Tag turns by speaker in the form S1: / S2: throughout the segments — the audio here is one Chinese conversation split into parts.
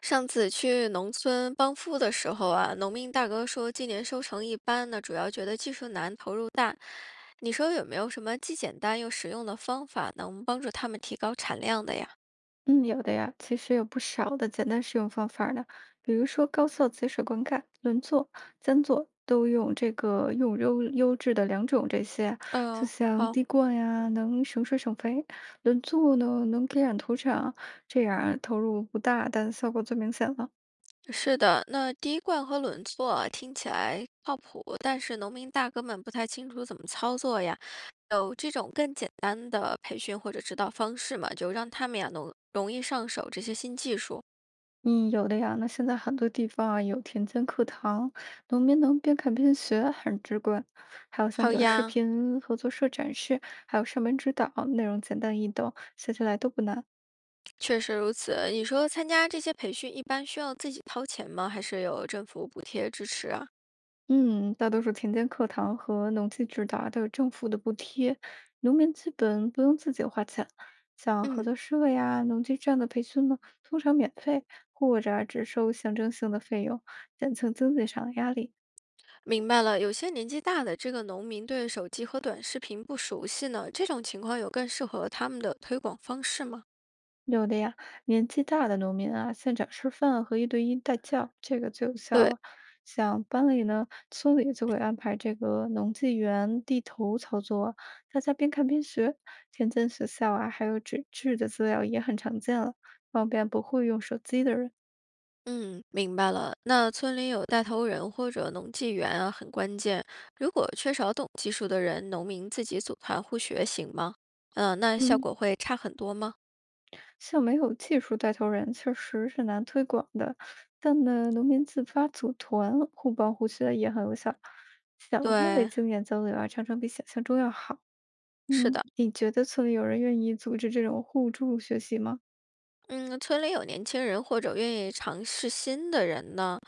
S1: 上次去农村帮扶的时候啊，农民大哥说今年收成一般呢，主要觉得技术难，投入大。你说有没有什么既简单又实用的方法能帮助他们提高产量的呀？
S2: 嗯，有的呀，其实有不少的简单使用方法儿的，比如说高效节水灌溉、轮作、间作，都用这个用优质的良种这些啊，就
S1: 嗯、
S2: 像
S1: 好，
S2: 滴灌呀，能省水省肥；轮作呢，能给染土壤，这样投入不大，但效果最明显了。
S1: 是的，那滴灌和轮作啊听起来靠谱，但是农民大哥们不太清楚怎么操作呀。有这种更简单的培训或者指导方式嘛，就让他们呀能容易上手这些新技术。
S2: 嗯，有的呀。那现在很多地方啊有田间课堂，农民能边看边学，很直观。还有像
S1: 好
S2: 短视
S1: 呀，
S2: 频、合作社展示，还有上门指导，内容简单易懂，学起来都不难。
S1: 确实如此。你说参加这些培训一般需要自己掏钱吗？还是有政府补贴支持啊？
S2: 嗯，大多数田间课堂和农机指导啊都有政府的补贴，农民基本不用自己花钱。像合
S1: 嗯，
S2: 作社呀、农机站的培训呢，通常免费，或者只收象征性的费用，减轻经济上的压力。
S1: 明白了。有些年纪大的这个农民对手机和短视频不熟悉呢，这种情况有更适合他们的推广方式吗？
S2: 有的呀，年纪大的农民啊，现场示范和一对一带教，这个最有效
S1: 对，
S2: 了。像班里呢，村里就会安排这个农技员地头操作，大家边看边学。田间学校啊，还有纸质的资料也很常见了，方便不会用手机的人。
S1: 嗯，明白了。那村里有带头人或者农技员啊，很关键。如果缺少懂技术的人，农民自己组团互学行吗？嗯、那效
S2: 嗯，
S1: 果会差很多吗？
S2: 像没有技术带头人，确实是难推广的。但呢，农民自发组团，互帮互学也很有效。小范围
S1: 对，
S2: 经验交流啊，常常比想象中要好。
S1: 是
S2: 嗯，
S1: 的。
S2: 你觉得村里有人愿意组织这种互助学习吗？
S1: 嗯，村里有年轻人或者愿意尝试新的人呢，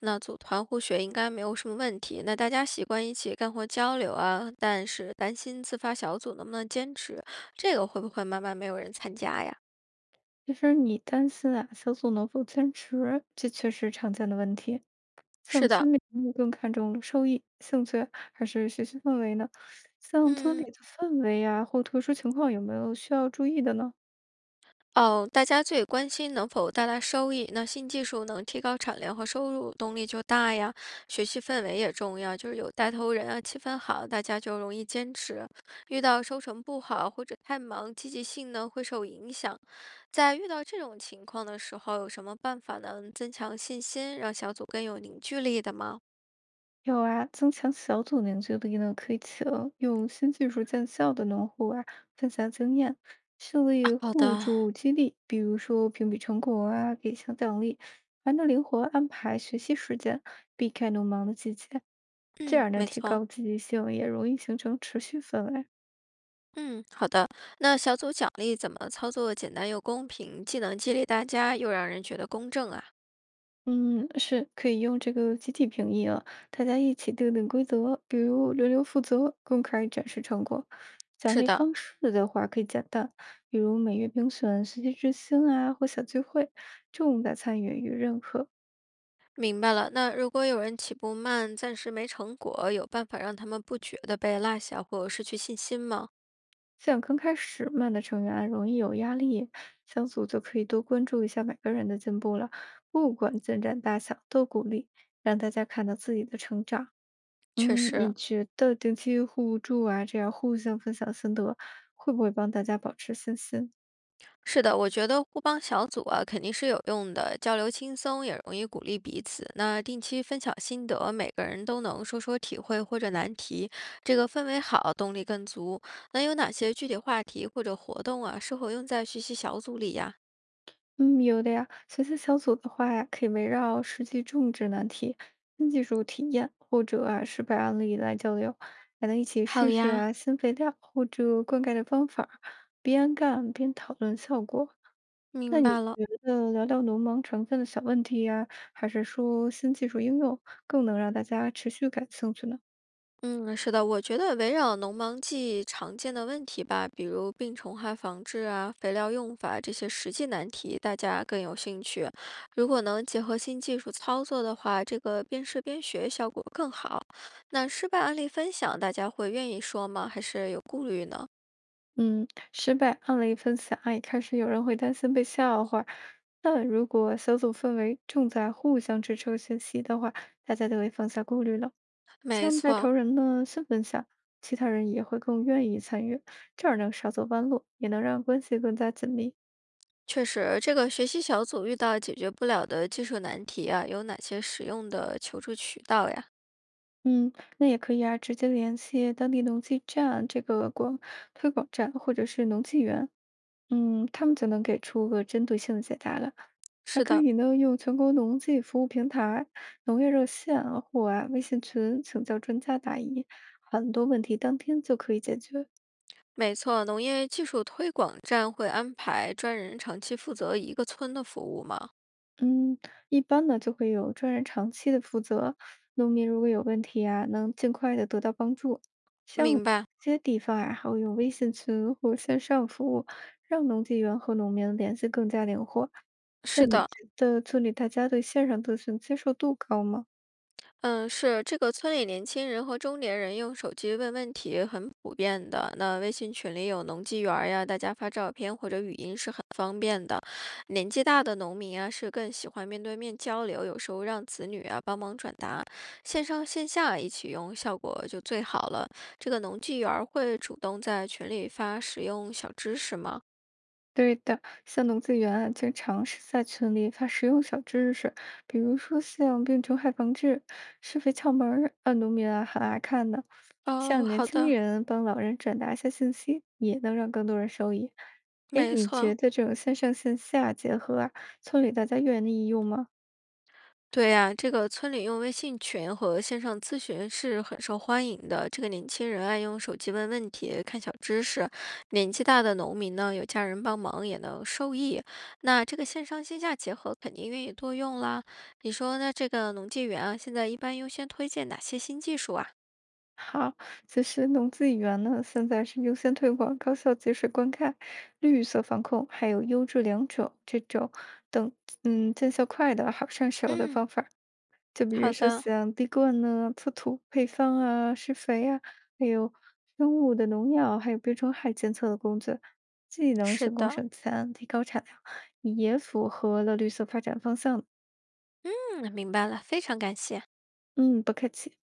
S1: 那组团互学应该没有什么问题。那大家习惯一起干活交流啊，但是担心自发小组能不能坚持，这个会不会慢慢没有人参加呀？
S2: 其实你担心啊，小组能否坚持，这确实常见的问题。
S1: 是
S2: 像
S1: 的，
S2: 村民更看重收益、兴趣还是学习氛围呢？像村里
S1: 嗯。
S2: 的氛围呀，或特殊情况有没有需要注意的呢？
S1: 哦，大家最关心能否带来收益，那新技术能提高产量和收入，动力就大呀。学习氛围也重要，就是有带头人啊，气氛好，大家就容易坚持。遇到收成不好或者太忙，积极性呢会受影响。在遇到这种情况的时候，有什么办法能增强信心，让小组更有凝聚力的吗？
S2: 有啊，增强小组凝聚力呢，可以请用新技术见效的农户啊，分享经验，设
S1: 啊
S2: 立
S1: 好
S2: 互
S1: 的，
S2: 助激励，比如说评比成果啊，给小奖励，还能灵活安排学习时间，避开农忙的季节，这
S1: 嗯，
S2: 样呢，
S1: 没
S2: 提
S1: 错。
S2: 高积极性，也容易形成持续氛围。
S1: 嗯，好的。那小组奖励怎么操作简单又公平，既能激励大家，又让人觉得公正啊？
S2: 嗯，是可以用这个集体评议啊，大家一起定规则，比如轮流负责，公开展示成果。奖
S1: 是
S2: 励
S1: 的，
S2: 方式的话可以简单，比如每月评选学习之星啊，或小聚会，重在参与与认可。
S1: 明白了。那如果有人起步慢，暂时没成果，有办法让他们不觉得被落下或失去信心吗？
S2: 像刚开始慢的成员啊，容易有压力，小组就可以多关注一下每个人的进步了，不管进展大小都鼓励，让大家看到自己的成长。
S1: 确
S2: 嗯，你
S1: 实
S2: 觉得定期互助啊，这样互相分享心得，会不会帮大家保持信心？
S1: 是的，我觉得互帮小组啊肯定是有用的，交流轻松也容易鼓励彼此。那定期分享心得，每个人都能说说体会或者难题，这个氛围好，动力更足。那有哪些具体话题或者活动啊适合用在学习小组里呀？
S2: 嗯，有的呀。学习小组的话呀，可以围绕实际种植难题、新技术体验或者失败案例来交流，还能一起
S1: 好
S2: 试试
S1: 呀，
S2: 啊新肥料或者灌溉的方法儿边干边讨论效果。那
S1: 明
S2: 你
S1: 白了。
S2: 觉得聊聊农忙成分的小问题呀，还是说新技术应用，更能让大家持续感兴趣呢？
S1: 嗯，是的，我觉得围绕农忙季常见的问题吧，比如病虫害防治啊、肥料用法这些实际难题，大家更有兴趣。如果能结合新技术操作的话，这个边试边学效果更好。那失败案例分享，大家会愿意说吗？还是有顾虑呢？
S2: 嗯，失败案例分享一开始有人会担心被笑话，但如果小组氛围重在互相支撑学习的话，大家就会放下顾虑了。
S1: 没
S2: 像带
S1: 错，
S2: 头人呢，先分享，其他人也会更愿意参与，这样能少走弯路，也能让关系更加紧密。
S1: 确实，这个学习小组遇到解决不了的技术难题啊，有哪些实用的求助渠道呀？
S2: 嗯，那也可以啊，直接联系当地农技站这个推广站或者是农技园，嗯，他们就能给出个针对性的解答了。还
S1: 是
S2: 可
S1: 的。
S2: 以呢，用全国农技服务平台、农业热线或微信群请教专家答疑，很多问题当天就可以解决。
S1: 没错，农业技术推广站会安排专人长期负责一个村的服务吗？
S2: 嗯，一般呢就会有专人长期的负责，农民如果有问题啊，能尽快的得到帮助。像有
S1: 明白，
S2: 些地方啊，还会用微信群或线上服务，让农技员和农民联系更加灵活。那
S1: 是
S2: 你
S1: 的，
S2: 觉得村里大家对线上咨询接受度高吗？
S1: 嗯，是这个村里年轻人和中年人用手机问问题很普遍的。那微信群里有农技园儿呀，大家发照片或者语音是很方便的。年纪大的农民啊，是更喜欢面对面交流，有时候让子女啊帮忙转达，线上线下一起用，效果就最好了。这个农技园儿会主动在群里发实用小知识吗？
S2: 对的，像农资源啊，经常是在群里发实用小知识，比如说像病虫害防治、施肥窍门儿，啊，农民啊很爱看的。
S1: 哦，
S2: 像年
S1: 好
S2: 轻
S1: 的，
S2: 人帮老人转达一下信息，也能让更多人受益。哎，
S1: 没
S2: 你
S1: 错，
S2: 觉得这种线上线下结合啊，村里大家愿意用吗？
S1: 对呀，这个村里用微信群和线上咨询是很受欢迎的。这个年轻人爱用手机问问题、看小知识，年纪大的农民呢，有家人帮忙也能受益。那这个线上线下结合，肯定愿意多用啦。你说，那这个农技园啊，现在一般优先推荐哪些新技术啊？
S2: 好，其实农技园呢，现在是优先推广高效节水灌溉、绿色防控，还有优质良种这种等，嗯，见效快的好上手的方
S1: 嗯，
S2: 法儿就比如
S1: 好
S2: 说
S1: 的，
S2: 像滴灌呢、测土配方啊、施肥啊，还有生物的农药，还有病虫害监测的工作，既能
S1: 是
S2: 省工
S1: 的，
S2: 省钱，提高产量，也符合了绿色发展方向。
S1: 嗯，明白了，非常感谢。
S2: 嗯，不客气。